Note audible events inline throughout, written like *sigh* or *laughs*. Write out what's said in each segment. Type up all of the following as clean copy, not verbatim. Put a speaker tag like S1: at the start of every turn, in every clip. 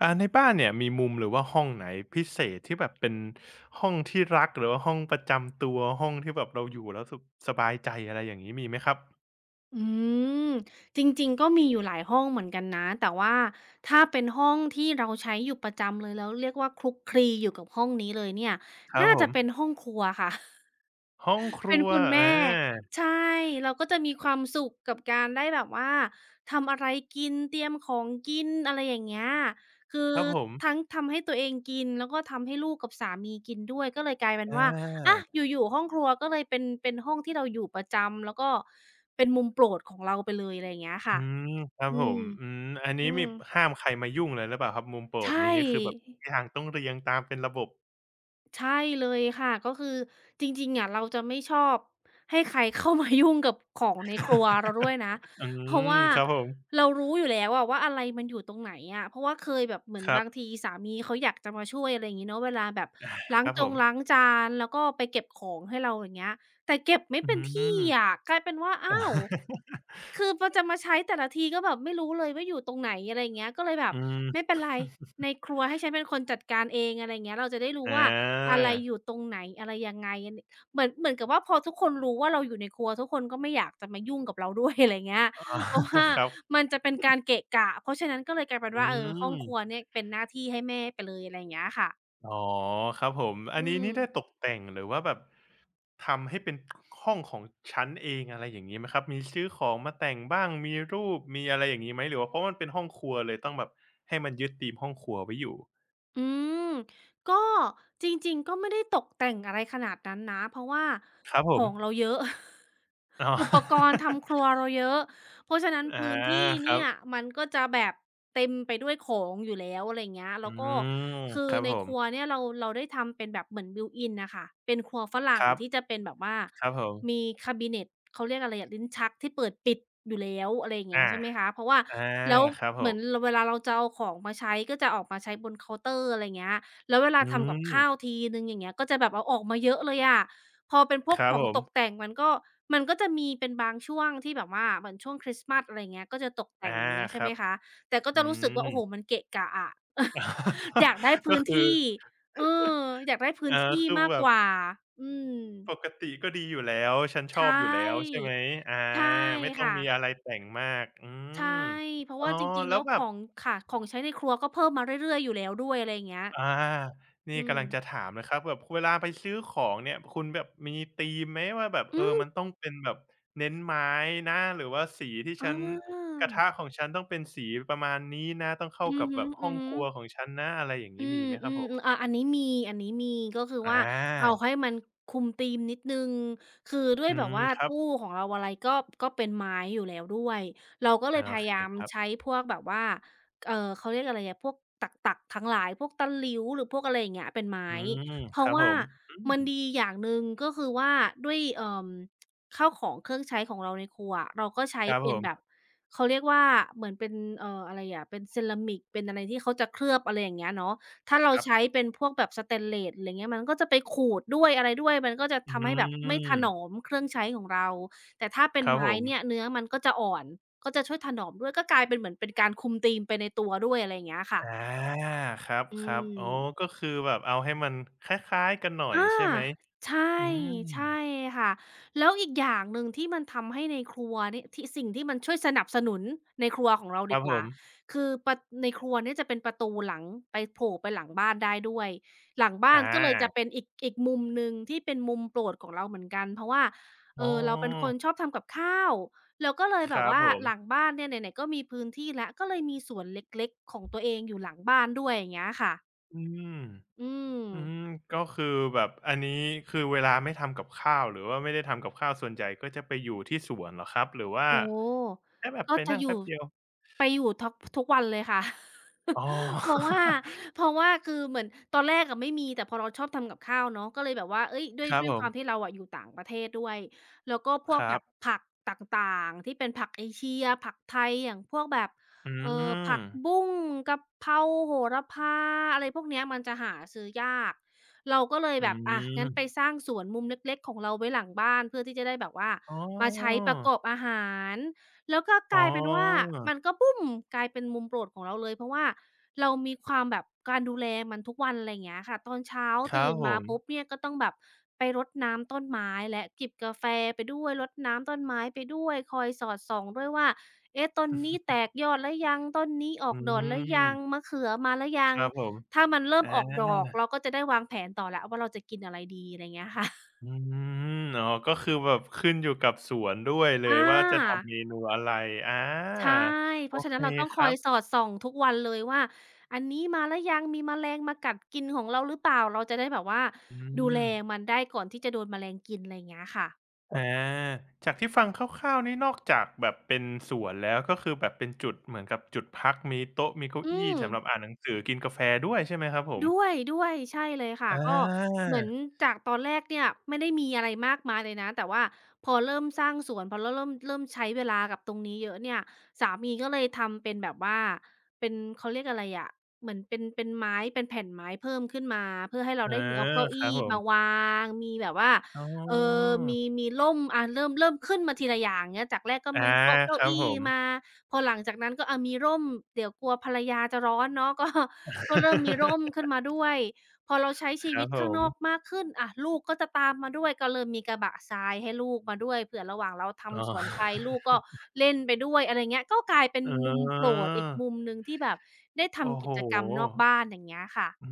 S1: อ่าในบ้านเนี่ยมีมุมหรือว่าห้องไหนพิเศษที่แบบเป็นห้องที่รักหรือว่าห้องประจำตัวห้องที่แบบเราอยู่แล้วสุขสบายใจอะไรอย่างงี้มีไหมครับ
S2: อืมจริงๆก็มีอยู่หลายห้องเหมือนกันนะแต่ว่าถ้าเป็นห้องที่เราใช้อยู่ประจำเลยแล้วเรียกว่าคลุกคลีอยู่กับห้องนี้เลยเนี่ย
S1: ครับ
S2: น่า
S1: ผ
S2: จะเป็น
S1: ม
S2: ห้องครัวค่ะ
S1: ห้องค
S2: เป็
S1: รั
S2: น
S1: ว
S2: คุณ
S1: อ
S2: แม่
S1: า
S2: ใช่เราก็จะมีความสุขกับการได้แบบว่าทำอะไรกินเตรียมของกินอะไรอย่างเงี้ยคือ
S1: ครับผม
S2: ทั้งทำให้ตัวเองกินแล้วก็ทำให้ลูกกับสามีกินด้วยก็เลยกลายเป็น
S1: อ
S2: ว่าอ
S1: า
S2: ยู่ๆห้องครัวก็เลยเป็นห้องที่เราอยู่ประจำแล้วก็เป็นมุมโปรดของเราไปเลยอะไรอย่างเงี้ย
S1: อื
S2: ค่ะ
S1: มครับผ
S2: อืม
S1: มอืมอันนี้
S2: อื
S1: มี
S2: ม
S1: ห้ามใครมายุ่งเลยหรือเปล่าครับมุมโปร
S2: ใช
S1: ด
S2: ่
S1: นี้คือแบบทุกอย่างต้องเรียงตามเป็นระบบ
S2: ใช่เลยค่ะก็คือจริงๆอะเราจะไม่ชอบให้ใครเข้ามายุ่งกับของในครัวเราด้วยนะ
S1: อื
S2: เพราะ
S1: ม
S2: ว่า
S1: ครับผม
S2: เรารู้อยู่แล้วอะว่าอะไรมันอยู่ตรงไหนอะเพราะว่าเคยแบบเหมือน
S1: ครั
S2: บาง
S1: บ
S2: ทีสามีเขาอยากจะมาช่วยอะไรอย่างงี้เนาะเวลาแบบล้า
S1: ค
S2: ง
S1: รับ
S2: จ
S1: ผ
S2: งล้าง
S1: ม
S2: จานแล้วก็ไปเก็บของให้เราอย่างเงี้ย แต่เก็บไม่
S1: อื
S2: เป็นที่อะ
S1: ม
S2: กลายเป็นว่าอ้าว
S1: *laughs*
S2: คือพอจะมาใช้แต่ละทีก็แบบไม่รู้เลยว่าอยู่ตรงไหนอะไรอย่างเงี้ยก็เลยแบบ
S1: อืม
S2: ไม่เป็นไรในครัวให้ฉันเป็นคนจัดการเองอะไรอย่างเงี้ยเราจะได้รู้
S1: อ
S2: ว่าอะ
S1: า
S2: ไรอยู่ตรงไหนอะไรยังไงอันเหมือนกับว่าพอทุกคนรู้ว่าเราอยู่ในครัวทุกคนก็ไม่อยากจะมายุ่งกับเราด้วย *laughs* อะไรอย่างเงี้ย
S1: *laughs* อ
S2: เพราะ
S1: ๋
S2: ว่า
S1: อครับ
S2: มันจะเป็นการเกะกะเพราะฉะนั้นก็เลยกลายเป็น
S1: อื
S2: ว่าเออห้องครัว
S1: ม
S2: เนี่ยเป็นหน้าที่ให้แม่ไปเลยอะไรอย่างเงี้ยค่ะ
S1: อ๋อครับผมอั
S2: อื
S1: นนี้
S2: ม
S1: นี่ได้ตกแต่งหรือว่าแบบทำให้เป็นห้องของชั้นเองอะไรอย่างงี้ไหมครับมีซื้อของมาแต่งบ้างมีรูปมีอะไรอย่างงี้ไหมหรือว่าเพราะมันเป็นห้องครัวเลยต้องแบบให้มันยึดธีมห้องครัวไว้อยู่
S2: อืมก็จริงๆก็ไม่ได้ตกแต่งอะไรขนาดนั้นนะเพราะว่า
S1: ครับผ
S2: ของ
S1: ม
S2: เราเยอะ
S1: อ๋อ
S2: *laughs*
S1: *laughs*
S2: อุปกรณ์ทำครัวเราเยอะ เพราะฉะนั้น
S1: อา
S2: พื้นที่
S1: ครั
S2: เนี่
S1: บ
S2: ยมันก็จะแบบเต็มไปด้วยของอยู่แล้วอะไรเงี้ย
S1: อื
S2: แล้วก็
S1: ม
S2: คือ
S1: ครับ
S2: ใน
S1: ผ
S2: ครัว
S1: ม
S2: เนี่ยเราได้ทำเป็นแบบเหมือน built in น่ะค่ะเป็นครัวฝรั่
S1: ค
S2: ง
S1: รั
S2: ที่
S1: บ
S2: จะเป็นแบบว่า
S1: ครับผม
S2: มีคาบิเนตเขาเรียกอะไรอะลิ้นชักที่เปิดปิดอยู่แล้วอะไรอย่างเงี้ย
S1: อา
S2: ใช่ไหมคะเพราะว่า
S1: อา
S2: แล้ว
S1: ครับผ
S2: เหมือนร
S1: ม
S2: เวลาเราจะเอาของมาใช้ก็จะออกมาใช้บนเคาน์เตอร์อะไรเงี้ยแล้วเวลา
S1: อื
S2: ทำกับข้าว
S1: ม
S2: ทีหนึ่งอย่างเงี้ยก็จะแบบเอาออกมาเยอะเลยอะ พอเป็นพว
S1: ค
S2: ก
S1: รั
S2: ข
S1: บ
S2: อง
S1: ผ
S2: ตก
S1: ม
S2: แต่งมันก็จะมีเป็นบางช่วงที่แบบว่าเหมือนช่วงคริสต์มาสอะไรอย่างเงี้ยก็จะตกแต่
S1: อา
S2: งอย่างเงี้ย
S1: ค
S2: ใช่ไห
S1: รั
S2: ม
S1: บ
S2: คะแต่ก็
S1: อื
S2: จะรู้สึกว่า
S1: ม
S2: โอ้โฮมันเกะกะอะ *laughs* อยากได้
S1: *laughs* ก็
S2: พื้น
S1: คือ
S2: ที่เอออยากได้พื้น
S1: เอ่อ
S2: ที่
S1: คือ
S2: มาก
S1: แบ
S2: ก
S1: บ
S2: ว่าอืม
S1: ปกติก็ดีอยู่แล้วฉันชอ
S2: ใช่
S1: บอยู่แล้วใช่ไหมอา
S2: ใช่
S1: ไม่ต้อง
S2: ค่ะ
S1: มีอะไรแต่งมากอืม
S2: ใช่เพราะ
S1: อ๋อ
S2: ว่าจริงๆ
S1: แล้
S2: แล้
S1: ว
S2: ว
S1: แบ
S2: ข
S1: บ
S2: องค่ะของใช้ในครัวก็เพิ่มมาเรื่อยๆอยู่แล้วด้วยอะไรอย่างเงี้ย
S1: อานี่
S2: อืม
S1: กำลังจะถามเลยครับแบบเวลาไปซื้อของเนี่ยคุณแบบมีธีมไหมว่าแบบ
S2: อื
S1: เออ
S2: ม
S1: มันต้องเป็นแบบเน้นไม้นะหรือว่าสีที่
S2: อา
S1: ฉันกระทะของฉันต้องเป็นสีประมาณนี้นะต้องเข้า
S2: อือ
S1: กับ
S2: ฮ
S1: แบบห้
S2: ึ
S1: องครัวขอ
S2: ๆ
S1: งฉันนะอะไรอย่าง
S2: อื
S1: งี้มี
S2: ม
S1: ไหมค
S2: อื
S1: รับ
S2: ม
S1: ผ
S2: อ
S1: ม
S2: ออาอันนี้มีอันนี้มีก็คือ
S1: อ
S2: ว่าเอา
S1: า
S2: ให้มันคุมธีมนิดหนึ่งคือด้วย
S1: อื
S2: แบบ
S1: ม
S2: ว่า
S1: ครั
S2: ตู้
S1: บ
S2: ของเราอะไรก็เป็นไม้อยู่แล้วด้วยเราก็เลย
S1: อา
S2: พ
S1: โอ
S2: ยา
S1: เค
S2: ยาม
S1: ครั
S2: ใช้
S1: บ
S2: พวกแบบว่าเขาเรียกอะไรอะพวกตักๆทั้งหลายพวกตะหลิวหรือพวกอะไรอย่างเงี้ยเป็นไม้
S1: อืม
S2: เพ
S1: ค
S2: ราะ
S1: รับผ
S2: ว่า
S1: มอืม
S2: มันดีอย่างหนึ่งก็คือว่าด้วยข้าวของเครื่องใช้ของเราในครัวอะเราก็ใช้
S1: ครับ
S2: เป็
S1: ผ
S2: นแบบ
S1: ม
S2: เขาเรียกว่าเหมือนเป็นอะไรอะเป็นเซรามิกเป็นอะไรที่เขาจะเคลือบอะไรอย่างเงี้ยเนาะ ถ้า
S1: ค
S2: เรา
S1: รั
S2: ใช้
S1: บ
S2: เป็นพวกแบบสเตนเลสอะไรเงี้ยมันก็จะไปขูดด้วยอะไรด้วยมันก็จะ
S1: อื
S2: ทำให้แบบไม่ถนอ
S1: ม
S2: มเครื่องใช้ของเราแต่ถ้าเป็
S1: ค
S2: น
S1: รับผ
S2: ไม้
S1: ม
S2: เนี่ยเนื้อมันก็จะอ่อนก็จะช่วยถนอมด้วยก็กลายเป็นเหมือนเป็นการคุมธีมไปในตัวด้วยอะไรอย่างเงี้ยค่ะ
S1: อาคร
S2: อื
S1: ับๆอ๋อ
S2: ม
S1: ก็คือแบบเอาให้มันคล้ายๆกันหน่อย
S2: อา
S1: ใช่ไหม
S2: ใช่
S1: อืม
S2: ใช่ค่ะแล้วอีกอย่างหนึ่งที่มันทำให้ในครัวเนี่ยที่สิ่งที่มันช่วยสนับสนุนในครัวของเรา
S1: ค
S2: ดี
S1: รับ
S2: ก
S1: ผ
S2: ว่า
S1: ม
S2: คือประในครัวเนี่ยจะเป็นประตูหลังไปโผล่ไปหลังบ้านได้ด้วยหลัง
S1: อ
S2: บ้านก็เลยจะ
S1: า
S2: เป็นอีกมุมหนึ่งที่เป็นมุมโปรดของเราเหมือนกันเพราะว่า
S1: อ๋
S2: เราเป็นคน
S1: อ
S2: ชอบทำกับข้าวเราก็เลย
S1: ค
S2: แบบ
S1: รับ
S2: ว่า
S1: ผ
S2: หลัง
S1: ม
S2: บ้านเนี่ยไหนๆก็มีพื้นที่แล้วก็เลยมีสวนเล็กๆของตัวเองอยู่หลังบ้านด้วยอย่างเงี้ยค่ะ
S1: อืม
S2: อืม
S1: อืมก็คือแบบอันนี้คือเวลาไม่ทำกับข้าวหรือว่าไม่ได้ทำกับข้าวส่วนใหญ่ก็จะไปอยู่ที่สวนเหรอครับหรือว่า
S2: โอ้โฮ
S1: แค่แบบ
S2: ก็
S1: ไป
S2: จะ
S1: นั่ง
S2: อ
S1: แป๊
S2: ยู่
S1: บเดียว
S2: ไปอยู่ท็อกทุกวันเลยค่ะ
S1: อ๋อ
S2: *laughs* เพราะว่าคือเหมือนตอนแรกอะไม่มีแต่พอเราชอบทำกับข้าวเนาะก็เลยแบบว่าเฮ้ยด้ว
S1: *laughs*
S2: ย
S1: ครับ
S2: ด้วย
S1: ผ
S2: ความที่
S1: ม
S2: เราอะอยู่ต่างประเทศด้วยแล้วก็พว
S1: ค
S2: ก
S1: รั
S2: แบบ
S1: บ
S2: ผักต่างๆที่เป็นผักเอเชียผักไทยอย่างพวกแบบ
S1: อืม
S2: ผักบุ้งกะเพราโหระพาอะไรพวกเนี้ยมันจะหาซื้อยากเราก็เลย
S1: อื
S2: แบบ
S1: ม
S2: อะงั้นไปสร้างสวนมุมเล็กๆของเราไว้หลังบ้านเพื่อที่จะได้แบบว่า
S1: อ๋
S2: มาใช้
S1: อ
S2: ประกอบอาหารแล้วก็ก
S1: อ๋อ
S2: ลายเป็นว่ามันก็บูมกลายเป็นมุมโปรดของเราเลยเพราะว่าเรามีความแบบการดูแลมันทุกวันอะไรอย่างเงี้ยค่ะตอนเช้า
S1: ครั
S2: ตื่
S1: บ
S2: น
S1: ผ
S2: มา
S1: ม
S2: ปุ๊บเนี่ยก็ต้องแบบไปรดน้ำต้นไม้และจิบกาแฟไปด้วยรดน้ำต้นไม้ไปด้วยคอยสอดส่องด้วยว่าเอ๊ะต้นนี้แตกยอดหรือยังต้นนี้ออ
S1: อื
S2: กดอกหรือยัง
S1: ม
S2: มะเขือมาหรือยั
S1: ค
S2: ง
S1: รับผม
S2: ถ้ามันเริ่
S1: อ
S2: มออกดอ
S1: า
S2: กเราก็จะได้วางแผนต่อแล้วว่าเราจะกินอะไรดีอะไรอย่างเงี้ยค่ะ
S1: อืมอ๋อก็คือแบบขึ้นอยู่กับสวนด้วยเลย
S2: อา
S1: ว่าจะทำเมนูอะไรอา
S2: ใช่ เพ
S1: โอ
S2: ราะฉะ
S1: เค
S2: นั้นเราต้อง
S1: ค
S2: คอ
S1: รั
S2: ยสอ
S1: บ
S2: ดส่องทุกวันเลยว่าอันนี้มาหรือยังมีแมลงมากัดกินของเราหรือเปล่า เราจะได้แบบว่า
S1: อื
S2: ดู
S1: ม
S2: แลมันได้ก่อนที่จะโดนแมลงกินอะไรอย่างเงี้ยค่ะ
S1: อาจากที่ฟังคร่าวๆนี่นอกจากแบบเป็นสวนแล้วก็คือแบบเป็นจุดเหมือนกับจุดพักมีโต๊ะมีเก้า
S2: อื
S1: อี้
S2: ม
S1: สำหรับอ่านหนังสือกินกาแฟด้วยใช่ไหมครับผม
S2: ด้วยใช่เลยค่ะ
S1: อ
S2: ก็
S1: า
S2: เหมือนจากตอนแรกเนี่ยไม่ได้มีอะไรมากมายเลยนะแต่ว่าพอเริ่มสร้างสวนพอเราเริ่มใช้เวลากับตรงนี้เยอะเนี่ยสามีก็เลยทำเป็นแบบว่าเป็นเขาเรียกอะไรอะเหมือนเป็นไม้เป็นแผ่นไม้เพิ่มขึ้นมาเพื่อให้เรา
S1: เออ
S2: ได้มีเอาเก้า
S1: ค
S2: อี้
S1: รับผ
S2: มา
S1: ม
S2: วางมีแบบว่า
S1: อ๋
S2: เอ่อ
S1: อ
S2: มีร่มอาเริ่มขึ้นมาทีละอย่างเงี้ยจากแรกก็
S1: อา
S2: มีโต๊ะเก้า
S1: ครับ
S2: อี้
S1: ผม
S2: มาพอหลังจากนั้นก็อามีร่มเดี๋ยวกลัวภรรยาจะร้อนเนาะก็ ก็เริ่มมีร่ม
S1: *laughs*
S2: ขึ้นมาด้วยพอเราใช้
S1: ค
S2: ชี
S1: รั
S2: วิ
S1: บ
S2: ต
S1: ผ
S2: ข้างนอก
S1: ม
S2: มากขึ้นอะลูกก็จะตามมาด้วยก็เริ่มมีกระบะทรายให้ลูกมาด้วยเผื่อระหว่างเรา
S1: อ๋อ
S2: ทำสวนไปลูกก็เล่นไปด้วยอะไรเงี้ยก็กลายเป็น
S1: เอ
S2: มุมโปรดอีก
S1: อ
S2: มุมหนึ่งที่แบบได้
S1: โอ้
S2: ทำกิ
S1: โฮ
S2: จกรรมนอกบ้านอย่างเงี้ยค่ะ
S1: อื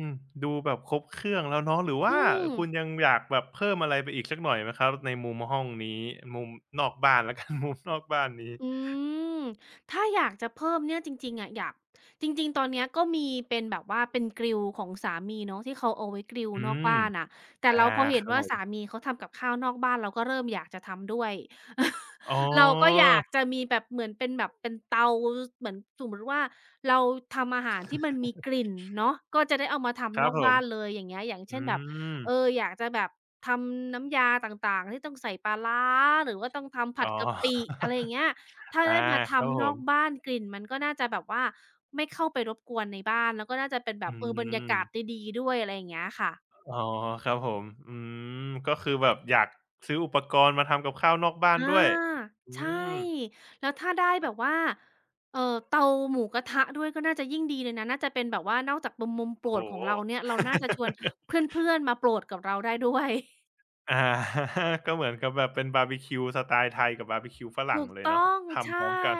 S1: มดูแบบครบเครื่องแล้วเนาะหรือว่า
S2: อืม
S1: คุณยังอยากแบบเพิ่มอะไรไปอีกสักหน่อยไหมครับในมุมห้องนี้มุมนอกบ้านแล้วกัน *laughs* มุมนอกบ้านนี้
S2: อืมถ้าอยากจะเพิ่มเนี่ยจริงๆอะอยากจริงๆตอนเนี้ยก็มีเป็นแบบว่าเป็นกริลของสามีเนาะที่เขาเอาไว้กริล
S1: อื
S2: นอก
S1: ม
S2: บ้านน่ะแต่
S1: อา
S2: เราพอ
S1: ค
S2: เห็น
S1: รับ
S2: ว่า
S1: ผ
S2: สา
S1: ม
S2: มีเขาทำกับข้าวนอกบ้านเราก็เริ่มอยากจะทำด้วย
S1: อ๋
S2: *laughs* เราก็อ
S1: อ
S2: ยากจะมีแบบเหมือนเป็นแบบเป็นเตาเหมือนสมมุติว่าเราทำอาหารที่มันมีกลิ่นเนาะก็จะได้เอามา
S1: ค
S2: ทำน
S1: รั
S2: อ
S1: บ
S2: ก
S1: ผม
S2: บ้านเลยอย่างเงี้ยอย่าง
S1: อื
S2: เช่นแบบ
S1: ม
S2: เอออยากจะแบบทำน้ำยาต่างๆที่ต้องใส่ปลาร้าหรือว่าต้องทำผั
S1: อ๋
S2: ด
S1: อ
S2: กะปิอะไรอย่าง
S1: *laughs*
S2: เงี้ย ถ้า
S1: อา
S2: ได้มา
S1: ครับ
S2: ทำ
S1: ผ
S2: นอก
S1: ม
S2: บ้านกลิ่นมันก็น่าจะแบบว่าไม่เข้าไปรบกวนในบ้านแล้วก็น่าจะเป็นแบ
S1: อื
S2: บเออบรรยากาศ
S1: ม
S2: ดีๆด้วยอะไรอย่างเงี้ยค่ะ
S1: อ๋อครับผมอืมก็คือแบบอยากซื้ออุปกรณ์มาทำกับข้าวนอกบ้าน
S2: อา
S1: ด้วยอื
S2: ใช่
S1: ม
S2: แล้วถ้าได้แบบ
S1: อ
S2: ว่าเอ่อเตาหมูกระทะด้วยก็น่าจะยิ่งดีเลยนะน่าจะเป็นแบบว่านอกจากเป็นมุมโปรด
S1: โอ้
S2: ของ
S1: โฮ
S2: เราเนี่ยเราน่าจะชวน
S1: *laughs*
S2: เพื่อนๆมาโปรดกับเราได้ด้วย
S1: อา *laughs* ก็เหมือนกับแบบเป็นบาร์บีคิวสไตล์ไทยกับบาร์บีคิวฝรั่
S2: ถู
S1: ง
S2: ก
S1: เลย
S2: ต้
S1: เนาะ
S2: อง
S1: ทำพร้อ
S2: ใช่
S1: มกัน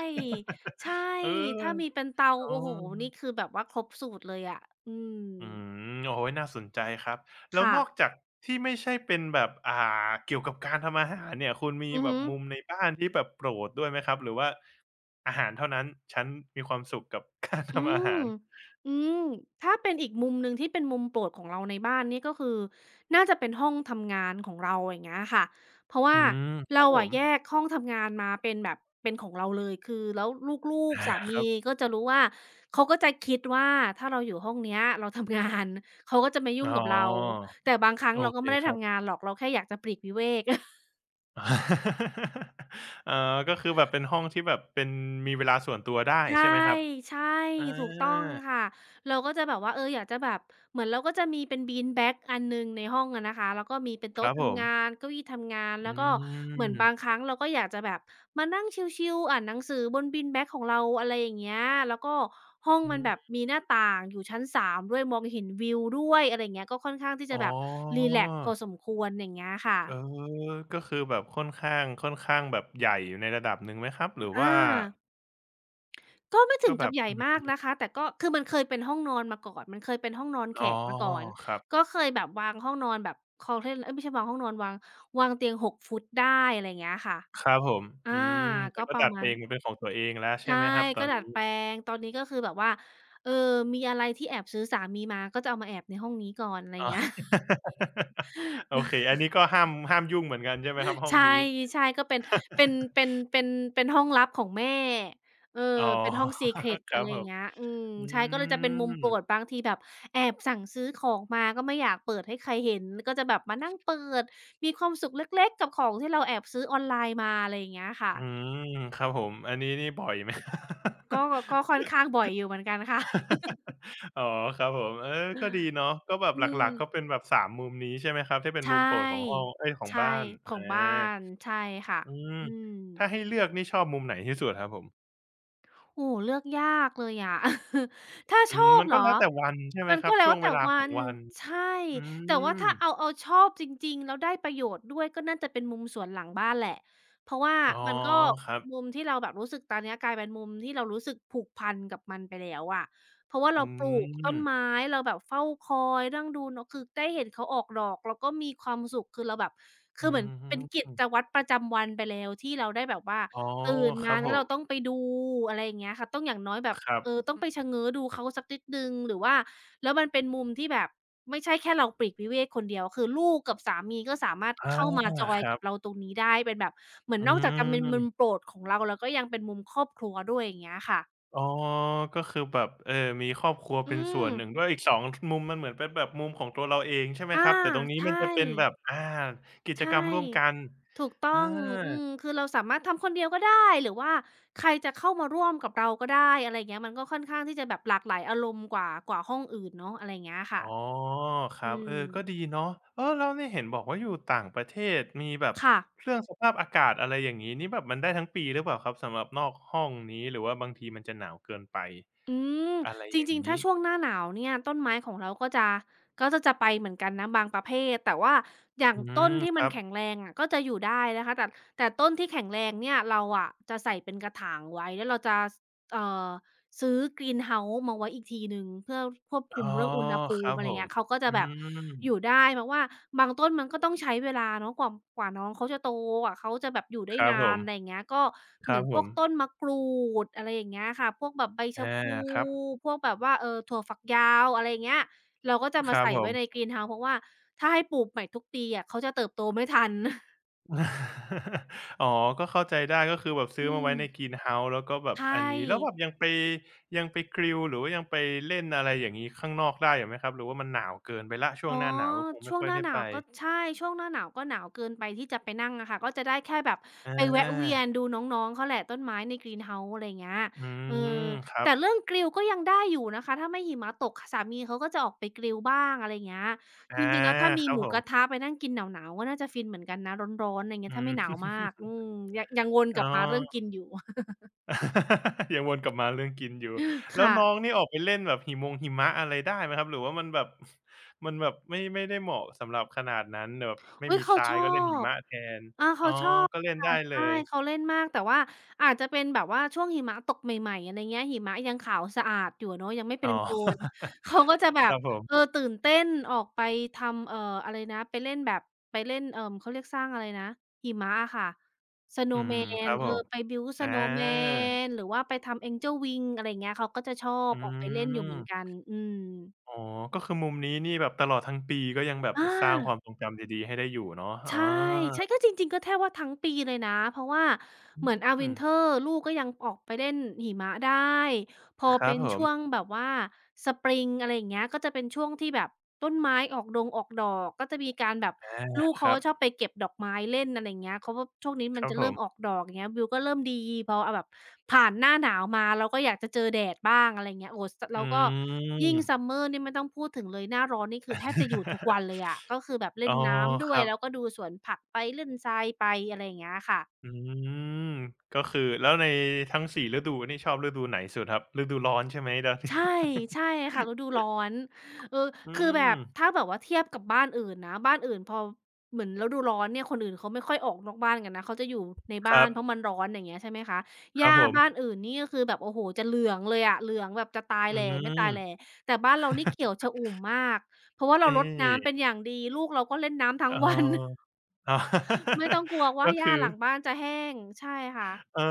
S2: ใช่
S1: *laughs* เออ
S2: ถ้ามีเป็นเตา
S1: อ๋อ
S2: โอ้โฮนี่คือแบบว่าครบสูตรเลยอะอืม
S1: อืมโอ้โฮน่าสนใจครับแล้ว
S2: ค่ะ
S1: นอกจากที่ไม่ใช่เป็นแบบอ่าเกี่ยวกับการทำอาหารเนี่ยคุณมี
S2: อือ
S1: แบ
S2: ฮึ
S1: บมุมในบ้านที่แบบโปรดด้วยไหมครับหรือว่าอาหารเท่านั้นฉันมีความสุขกับ *laughs* การ
S2: อื
S1: ทำอา
S2: ม
S1: หาร
S2: อืมถ้าเป็นอีกมุมหนึ่งที่เป็นมุมโปรดของเราในบ้านนี่ก็คือน่าจะเป็นห้องทำงานของเราอย่างเงี้ยค่ะเพราะ
S1: อื
S2: ว่า
S1: มครั
S2: เรา
S1: บผ
S2: อะ
S1: ม
S2: แยกห้องทำงานมาเป็นแบบเป็นของเราเลยคือแล้วลูกๆสา
S1: *laughs* อาค
S2: มี
S1: รับ
S2: ก็จะรู้ว่าเขาก็จะคิดว่าถ้าเราอยู่ห้องเนี้ยเราทำงานเขาก็จะไม่ยุ่
S1: อ๋
S2: ง
S1: อ
S2: กับเรา แต่บางครั้ง
S1: โอ
S2: เราก็
S1: เค
S2: ไม่ได้
S1: ครั
S2: ทำ
S1: บ
S2: งานหรอกเราแค่อยากจะปลีกวิเวก
S1: *laughs* เอ่อก็คือแบบเป็นห้องที่แบบเป็นมีเวลาส่วนตัวได้
S2: ใช่
S1: ใช่ไหมครับ
S2: ใช่
S1: อ่
S2: ถูกต้อง
S1: า
S2: ค่ะเราก็จะแบบว่าเอออยากจะแบบเหมือนเราก็จะมีเป็น beanbag อันหนึ่งในห้องอะนะคะแล้วก็มีเป็น
S1: ค
S2: โต๊ะ
S1: รับผ
S2: ทำ
S1: ม
S2: งานเก้าอี้ทำงาน
S1: อื
S2: แล้วก็เหมือนบาง
S1: ม
S2: ครั้งเราก็อยากจะแบบมานั่งชิลๆอ่านหนังสือบน beanbag ของเราอะไรอย่างเงี้ยแล้วก็ห้อง
S1: อื
S2: มันแบบ
S1: ม
S2: มีหน้าต่างอยู่ชั้น 3ด้วยมองเห็นวิวด้วยอะไรอย่างเงี้ยก็ค่อนข้างที่จะ
S1: อ๋
S2: แบบรี
S1: อ
S2: แลกซ์พอสมควรอย่างเงี้ยค่ะ
S1: เออก็คือแบบค่อนข้างค่อนข้างแบบใหญ่อยู่ในระดับหนึ่งไหมครับหรือ
S2: อา
S1: ว่า
S2: ก็ไม่ถึ
S1: ก็
S2: ง
S1: แบ
S2: กับ
S1: บ
S2: ใหญ่
S1: อ
S2: มาก
S1: ม
S2: นะคะแต่ก็คือมันเคยเป็นห้องนอนมาก่อนมันเคยเป็นห้องนอนแข
S1: อ๋อ
S2: กมาก่อน
S1: ครั
S2: ก็
S1: บ
S2: เคยแบบวางห้องนอนแบบค u r t a เอ๊ยไม่ใช่วางห้องนอนวางวางเตียง6 ฟุตได้อะไรอย่างเงี้ยค่ะ
S1: ครับผม
S2: อา
S1: อืมแต่
S2: ก็
S1: ก็
S2: ประ
S1: ดัด
S2: มา
S1: เอ
S2: ณ
S1: งมนเป็นของตัวเองแล้วใช่
S2: ใช่
S1: ไหมครับต
S2: ก็
S1: อน
S2: ดัด
S1: นี้
S2: แปลงตอนนี้ก็คือแบบว่าเออมีอะไรที่แอบซื้อสามีมาก็จะเอามาแอบในห้องนี้ก่อนอะไรอย่า
S1: อ๋
S2: ง
S1: อ
S2: เงี้ย
S1: *laughs* โอเคอันนี้ก็ห้ามยุ่งเหมือนกันใช่ไหมครับห้อง
S2: ใช่
S1: นี้
S2: ใช่ก็เป็นเป็นเป็นเป็นเป็นห้องลับของแม่เออ
S1: อ๋อ
S2: เป็นห้อง secret
S1: *laughs* ครั
S2: อะไร
S1: บ
S2: อ
S1: ผ
S2: ย่าง
S1: ม
S2: เงี้ย
S1: อื
S2: ใช่ก็เลยจะเป็นมุมโปร
S1: ม
S2: ดบางทีแบบแอบสั่งซื้อของมาก็ไม่อยากเปิดให้ใครเห็นก็จะแบบมานั่งเปิดมีความสุขเล็กๆกับของที่เราแอบซื้อออนไลน์มาอะไรอย่างเงี้ย
S1: อื
S2: ค่ะ
S1: มครับผมอันนี้นี่บ่อยไหม *laughs*
S2: ก็ก็ค่อนข้างบ่อยอยู่เหมือนกันค่ะ
S1: อ๋อครับผมเออก็ดีเนาะก็แบบ
S2: อื
S1: ห
S2: ม
S1: ลักๆก็เป็นแบบ3มมุมนี้ใช่ไหมครับที่เป็
S2: ใช
S1: นมุมโปรดของห้อ
S2: ่
S1: งเอ๊ยของบ้า
S2: ใช่
S1: น
S2: ขอ
S1: อา
S2: งบ้านใช่ค่ะ
S1: อืม
S2: อืม
S1: ถ้าให้เลือกนี่ชอบมุมไหนที่สุดครับผม
S2: โอ้โฮเลือกยากเลยอะ *laughs* ถ้า
S1: อื
S2: ช
S1: ม
S2: อบ
S1: มัน
S2: เห
S1: ก็
S2: รอ
S1: แล้วแต่วันใช่ไหม
S2: มัน
S1: ครั
S2: ก็
S1: บ
S2: แล้
S1: ช่
S2: ว
S1: วงเว
S2: แต่
S1: ลาข
S2: วั
S1: อง
S2: น
S1: วัน
S2: ใช่
S1: อื
S2: แต่ว่า
S1: ม
S2: ถ้าเอาชอบจริงๆแล้วได้ประโยชน์ด้วยก็น่าจะเป็นมุมสวนหลังบ้านแหละ เพราะว่า
S1: อ๋อ
S2: มันก็
S1: ครั
S2: มุ
S1: บ
S2: มที่เราแบบรู้สึกตอนเนี้ยกลายเป็นมุมที่เรารู้สึกผูกพันกับมันไปแล้วอะเพราะว่า
S1: อื
S2: เราปลูกต้น
S1: ม
S2: ไม้เราแบบเฝ้าคอยนั่งดูเนาะคือได้เห็นเขาออกดอกเราก็มีความสุขคือเราแบบ
S1: อื
S2: คือเหมือนเป็นกิจ
S1: ม
S2: วัตรประจำวันไปแล้วที่เราได้แบบว่า
S1: อ๋อ
S2: ตื่น
S1: ค
S2: มา
S1: รับผ
S2: แล้วเราต้อง
S1: ม
S2: ไปดูอะไรอย่างเงี้ยค่ะต้องอย่างน้อยแบบ
S1: ครับ
S2: ต้องไปชะเง้อดูเขาสักนิดหนึ่งหรือว่าแล้วมันเป็นมุมที่แบบไม่ใช่แค่เราปลีกวิเวกคนเดียวคือลูกกับสามีก็สามารถ
S1: อา
S2: เข้ามาจอย
S1: ครั
S2: กับเรา
S1: บ
S2: ตรงนี้ได้เป็นแบบเหมือน
S1: อื
S2: นอกจากจะเป็นมุมโป
S1: ม
S2: รดของเราแล้วก็ยังเป็นมุมครอบครัวด้วยอย่างเงี้ยค่ะ
S1: อ๋อก็คือแบบเออมีครอบครัว
S2: อื
S1: เป็นส่
S2: ม
S1: วนหนึ่งด้วยอีก2มุมมันเหมือนเป็นแบบมุมของตัวเราเองใช่ไหมค
S2: อา
S1: รับแต่ตรงนี้มัน
S2: ใช่
S1: จะเป็นแบบอากิจ
S2: ใช่
S1: กรรมร่วมกัน
S2: ถูก
S1: อ
S2: ต้อง อื
S1: า
S2: มคือเราสามารถทำคนเดียวก็ได้ หรือว่าใครจะเข้ามาร่วมกับเราก็ได้ อะไรอย่างเงี้ยมันก็ค่อนข้างที่จะแบบหลากหลายอารมณ์กว่าห้องอื่นเนาะอะไรอย่างเงี้ยค่ะ
S1: อ๋อค
S2: อื
S1: รับเออ
S2: ม
S1: ก็ดีเนาะเออแล้วนี่เห็นบอกว่าอยู่ต่างประเทศมีแบบ
S2: ค่ะ
S1: เรื่องสภาพอากาศอะไรอย่างงี้นี่แบบมันได้ทั้งปีหรือเปล่าครับสำหรับนอกห้องนี้หรือว่าบางทีมันจะหนาวเกินไป
S2: อืม
S1: อะไร
S2: จ
S1: อย่าง
S2: ริงๆ ถ้า
S1: งี้
S2: ช่วงหน้าหนาวเนี่ยต้นไม้ของเราก็จะก็จะไปเหมือนกันนะ บางประเภท แต่ว่าอย่าง
S1: อื
S2: ต้น
S1: ม
S2: ที่
S1: ค
S2: มัน
S1: รับ
S2: แข็งแรงอะก็จะอยู่ได้นะคะแต่แต่ต้นที่แข็งแรงเนี่ยเราอะจะใส่เป็นกระถางไว้แล้วเราจะสเอ่อ ซื้อ Greenhouse มาไว้อีกทีหนึ่งเพื่อควบคุ
S1: อ๋
S2: ม
S1: อ
S2: เรื่องอุณหภู
S1: ครั
S2: มิ
S1: บ
S2: อะไร
S1: ผม
S2: เงี้ยเขาก็จะ
S1: อื
S2: แบบอยู่
S1: ม
S2: ได้เพราะว่าบางต้นมันก็ต้องใช้เวลาเนาะกว่าน้องเขาจะโตกว่าเขาจะแบบอยู่ได้
S1: ครับ
S2: นา
S1: ผ
S2: น
S1: ม
S2: อะไรอย่างเงี้ยก็
S1: ค
S2: เหมื
S1: รั
S2: อน
S1: บ
S2: พ
S1: ผ
S2: วก
S1: ม
S2: ต้นมะกรูดอะไรอย่างเงี้ยค่ะพวกแบบใบ
S1: อา
S2: ชะพลู
S1: ครับ
S2: พวกแบบว่าถั่วฝักยาวอะไรอย่างเงี้ยเราก็จะ
S1: ค
S2: มา
S1: รับ
S2: ใส่
S1: ผ
S2: ไว้ใน
S1: ม
S2: Greenhouseเพราะว่าถ้าให้ปลูกใหม่ทุกปีอะเขาจะเติบโตไม่ทัน *laughs*
S1: อ๋อก็เข้าใจได้ก็คือแบบซื้อ
S2: อื
S1: มา
S2: ม
S1: ไว้ใน Greenhouse แล้วก็แบบ
S2: ใช่
S1: อันนี้แล้วแบบยังไปยังไปกริลหรือว่ายังไปเล่นอะไรอย่างงี้ข้างนอกได้อยู่ไหมครับหรือว่ามันหนาวเกินไปแล้วช่ว
S2: อ๋
S1: ง
S2: อ
S1: หน้าหนาวก็คงไม่
S2: ช่วง
S1: ค่อ
S2: ห
S1: ย
S2: น้า
S1: ได้
S2: หนา
S1: ไป
S2: วก็ใช่ช่วงหน้าหนาวก็หนาวเกินไปที่จะไปนั่งอะค่ะก็จะได้แค่แบบ
S1: อา
S2: ไปแวะเวียนดูน้องๆเขาแหละต้นไม้ใน Greenhouse อะไรอย่างเงี้ย
S1: อื
S2: เออ
S1: มครั
S2: แต่
S1: บ
S2: เรื่องกริลก็ยังได้อยู่นะคะถ้าไม่หิมะตกคสามีเขาก็จะออกไปกริลบ้างอะไรอย่างเงี้ย
S1: อา
S2: จริงๆแล้วถ้ามี
S1: ครั
S2: ห
S1: บ
S2: มู
S1: ผ
S2: กระ
S1: ม
S2: ทะไปนั่งกินหนาวๆก็น่าจะฟินเหมือนกันนะร้อนๆอะไรอย่างเงี้
S1: อื
S2: ยถ้า
S1: ม
S2: ไม่หนาว
S1: *laughs*
S2: มากอืมยังวนก
S1: อ๋อ
S2: ลับมาเรื่องกินอยู่
S1: *laughs* ยังวนกลับมาเรื่องกินอยู่
S2: *laughs*
S1: แล้ว
S2: ค่ะ
S1: น้องนี่ออกไปเล่นแบบหิมงหิมะอะไรได้ไหมครับหรือว่ามันแบบ *laughs* มันแบบไม่ได้เหมาะสำหรับขนาดนั้นแบบไม่
S2: อุ๊ย
S1: มี
S2: เขา
S1: ทรา
S2: ช
S1: ย
S2: อ
S1: ก็เล่นหิ
S2: บ
S1: มะแทน
S2: อา
S1: อ๋
S2: เขา
S1: อ
S2: ชอบ
S1: ก็เล่น
S2: ค่ะ
S1: ได้เล
S2: ใช่
S1: ย
S2: เขาเล่นมากแต่ว่าอาจจะเป็นแบบว่าช่วงหิมะตกใหม่ๆอะไรเงี้ยหิมะยังขาวสะอาดอยู่อะเนาะยังไม่เป็
S1: อ๋อ
S2: นโคลนเขาก็จะ
S1: *laughs*
S2: แบ
S1: ค
S2: บ
S1: รับผม
S2: ตื่นเต้นออกไปทำอะไรนะไปเล่นแบบไปเล่นเขาเรียกสร้างอะไรนะหิมะอะค่ะ
S1: อืมค
S2: Snowman
S1: รับผม
S2: ไป build
S1: อา
S2: Snowman หรือว่าไปทำ Angel Wing อะไรเงี้ยเขาก็จะชอบ
S1: อื
S2: ออกไปเล่นอยู่เหมือนกั
S1: ม
S2: นอืม
S1: อ๋อก็คือมุมนี้นี่แบบตลอดทั้งปีก็ยังแบบ
S2: อา
S1: สร้างความทรงจำดีๆให้ได้อยู่เนาะอ๋อ
S2: ใช่ใช่ก็จริงๆก็แทบว่าทั้งปีเลยนะเพราะว่าเหมือนอาวิ
S1: อื
S2: น
S1: ม
S2: เทอร์ลูกก็ยังออกไปเล่นหิมะได้ พอ
S1: ครั
S2: เป็
S1: บ
S2: น
S1: ผ
S2: ช่วง
S1: ม
S2: แบบว่าสปริงอะไรอย่างเงี้ยก็จะเป็นช่วงที่แบบต้นไม้ออกดงออกดอกก็จะมีการแบบ
S1: อา
S2: ลูก
S1: ค
S2: เขา
S1: รั
S2: ก็
S1: บ
S2: ชอบไปเก็บดอกไม้เล่นอะไรอย่างเงี้ยเขาก็ช่วงนี้มั
S1: ค
S2: น
S1: รับ
S2: จะ
S1: ผ
S2: เริ่มออ
S1: ม
S2: กดอกอย่างเงี้ยวิวก็เริ่มดีพออะแบบผ่านหน้าหนาวมาเราก็อยากจะเจอแดดบ้างอะไรอย่างเงี้ยโอ้โสแล้
S1: อื
S2: วก็ยิ่ง
S1: ม
S2: ซัมเมอร์นี่ไม่ต้องพูดถึงเลยหน้าร้อนนี่คือแทบจะอยู่ทุกวัน
S1: *laughs*
S2: เลยอะก็คือแบบเล่
S1: อ๋อ
S2: นน้ำด้
S1: ค
S2: วย
S1: รั
S2: แล้ว
S1: บ
S2: ก็ดูสวนผักไปเล่นทรายไปอะไรอย่างเงี้ยค่ะ
S1: อืมก็คือแล้วในทั้งสี่ฤดูนี่ชอบฤดูไหนสุดครับฤดูร้อนใช่ไหมแล้วที่
S2: ใช่
S1: ว่า
S2: ใช่
S1: *laughs*
S2: ค่ะฤดูร้อนเออ
S1: อื
S2: คือแบ
S1: ม
S2: บถ้าแบบว่าเทียบกับบ้านอื่นนะบ้านอื่นพอเหมือนฤดูร้อนเนี่ยคนอื่นเขาไม่ค่อยออกนอกบ้านกันนะเขาจะอยู่ใน
S1: ค
S2: บ้า
S1: รั
S2: น
S1: บ
S2: เพราะมันร้อนอย่างเงี้ยใช่ไหมคะห
S1: ครั
S2: ญ้า
S1: บผ
S2: บ้าน
S1: ม
S2: อื่นนี่ก็คือแบบโอ้โฮจะเหลืองเลยอะเหลืองแบบจะตาย
S1: อื
S2: แหล่ไม่ตายแหล่
S1: ม
S2: แต่บ้านเรานี่เขียวชอุ่มมากเพราะว่าเรา
S1: นี
S2: รดน้ำเป็น
S1: ่
S2: อย่างดีลูกเราก็เล่นน้ำทั้ง
S1: อ๋
S2: วัน
S1: ออ๋อ
S2: *laughs* ไม่ต้อ
S1: *laughs*
S2: งกลัวว่า
S1: ก็
S2: หญ้า
S1: คือ
S2: หลังบ้านจะแห้งใช่ค่ะ
S1: เอ่อ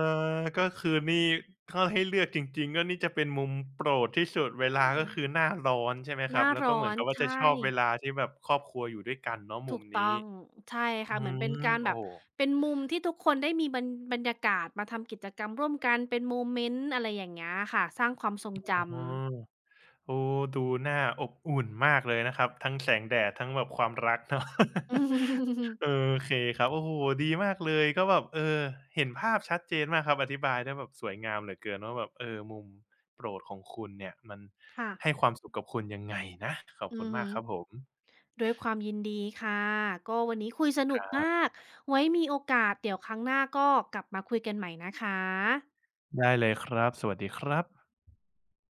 S1: ก็คือนี่ถ้าให้เลือกจริงๆก็นี่จะเป็นมุมโปรดที่สุด
S2: อื
S1: เวลาก็
S2: ม
S1: คือหน้าร้อนใช่ไหม
S2: ห
S1: ครับ
S2: น้า
S1: แล้วก็
S2: ร้อ
S1: เหมือน
S2: น
S1: กับว่า
S2: ใช
S1: จะช
S2: ่
S1: อบเวลาที่แบบครอบครัวอยู่ด้วยกันเนาะมุ
S2: ถู
S1: ม
S2: กต้
S1: นี้
S2: องใช่
S1: อื
S2: ค่ะเหมือนเป็น
S1: ม
S2: การแบ
S1: โอ้
S2: บ
S1: โฮ
S2: เป็นมุมที่ทุกคนได้มีบรรยากาศมาทำกิจกรรมร่วมกันเป็นโมเมนต์อะไรอย่างเงี้ยค่ะสร้างความทรง
S1: อ
S2: จำ
S1: ๋อ โอ้ดูน่าอบอุ่นมากเลยนะครับทั้งแสงแดดทั้งแบบความรักเนาะ *laughs*
S2: *laughs*
S1: เออโอเคครับโอ้โฮดีมากเลยก็แบบเออเห็นภาพชัดเจนมากครับอธิบายได้แบบสวยงามเหลือเกินว่าแบบเออมุมโปรดของคุณเนี่ยมัน
S2: ค่ะ
S1: ให้ความสุขกับคุณยังไงนะขอบ
S2: อื
S1: คุณ
S2: อฮึ
S1: มากครับผม
S2: ด้วยความยินดีค่ะก็วันนี้คุยสนุกมากไว้มีโอกาสเดี๋ยวครั้งหน้าก็กลับมาคุยกันใหม่นะคะ
S1: ได้เลยครับสวัสดีครับ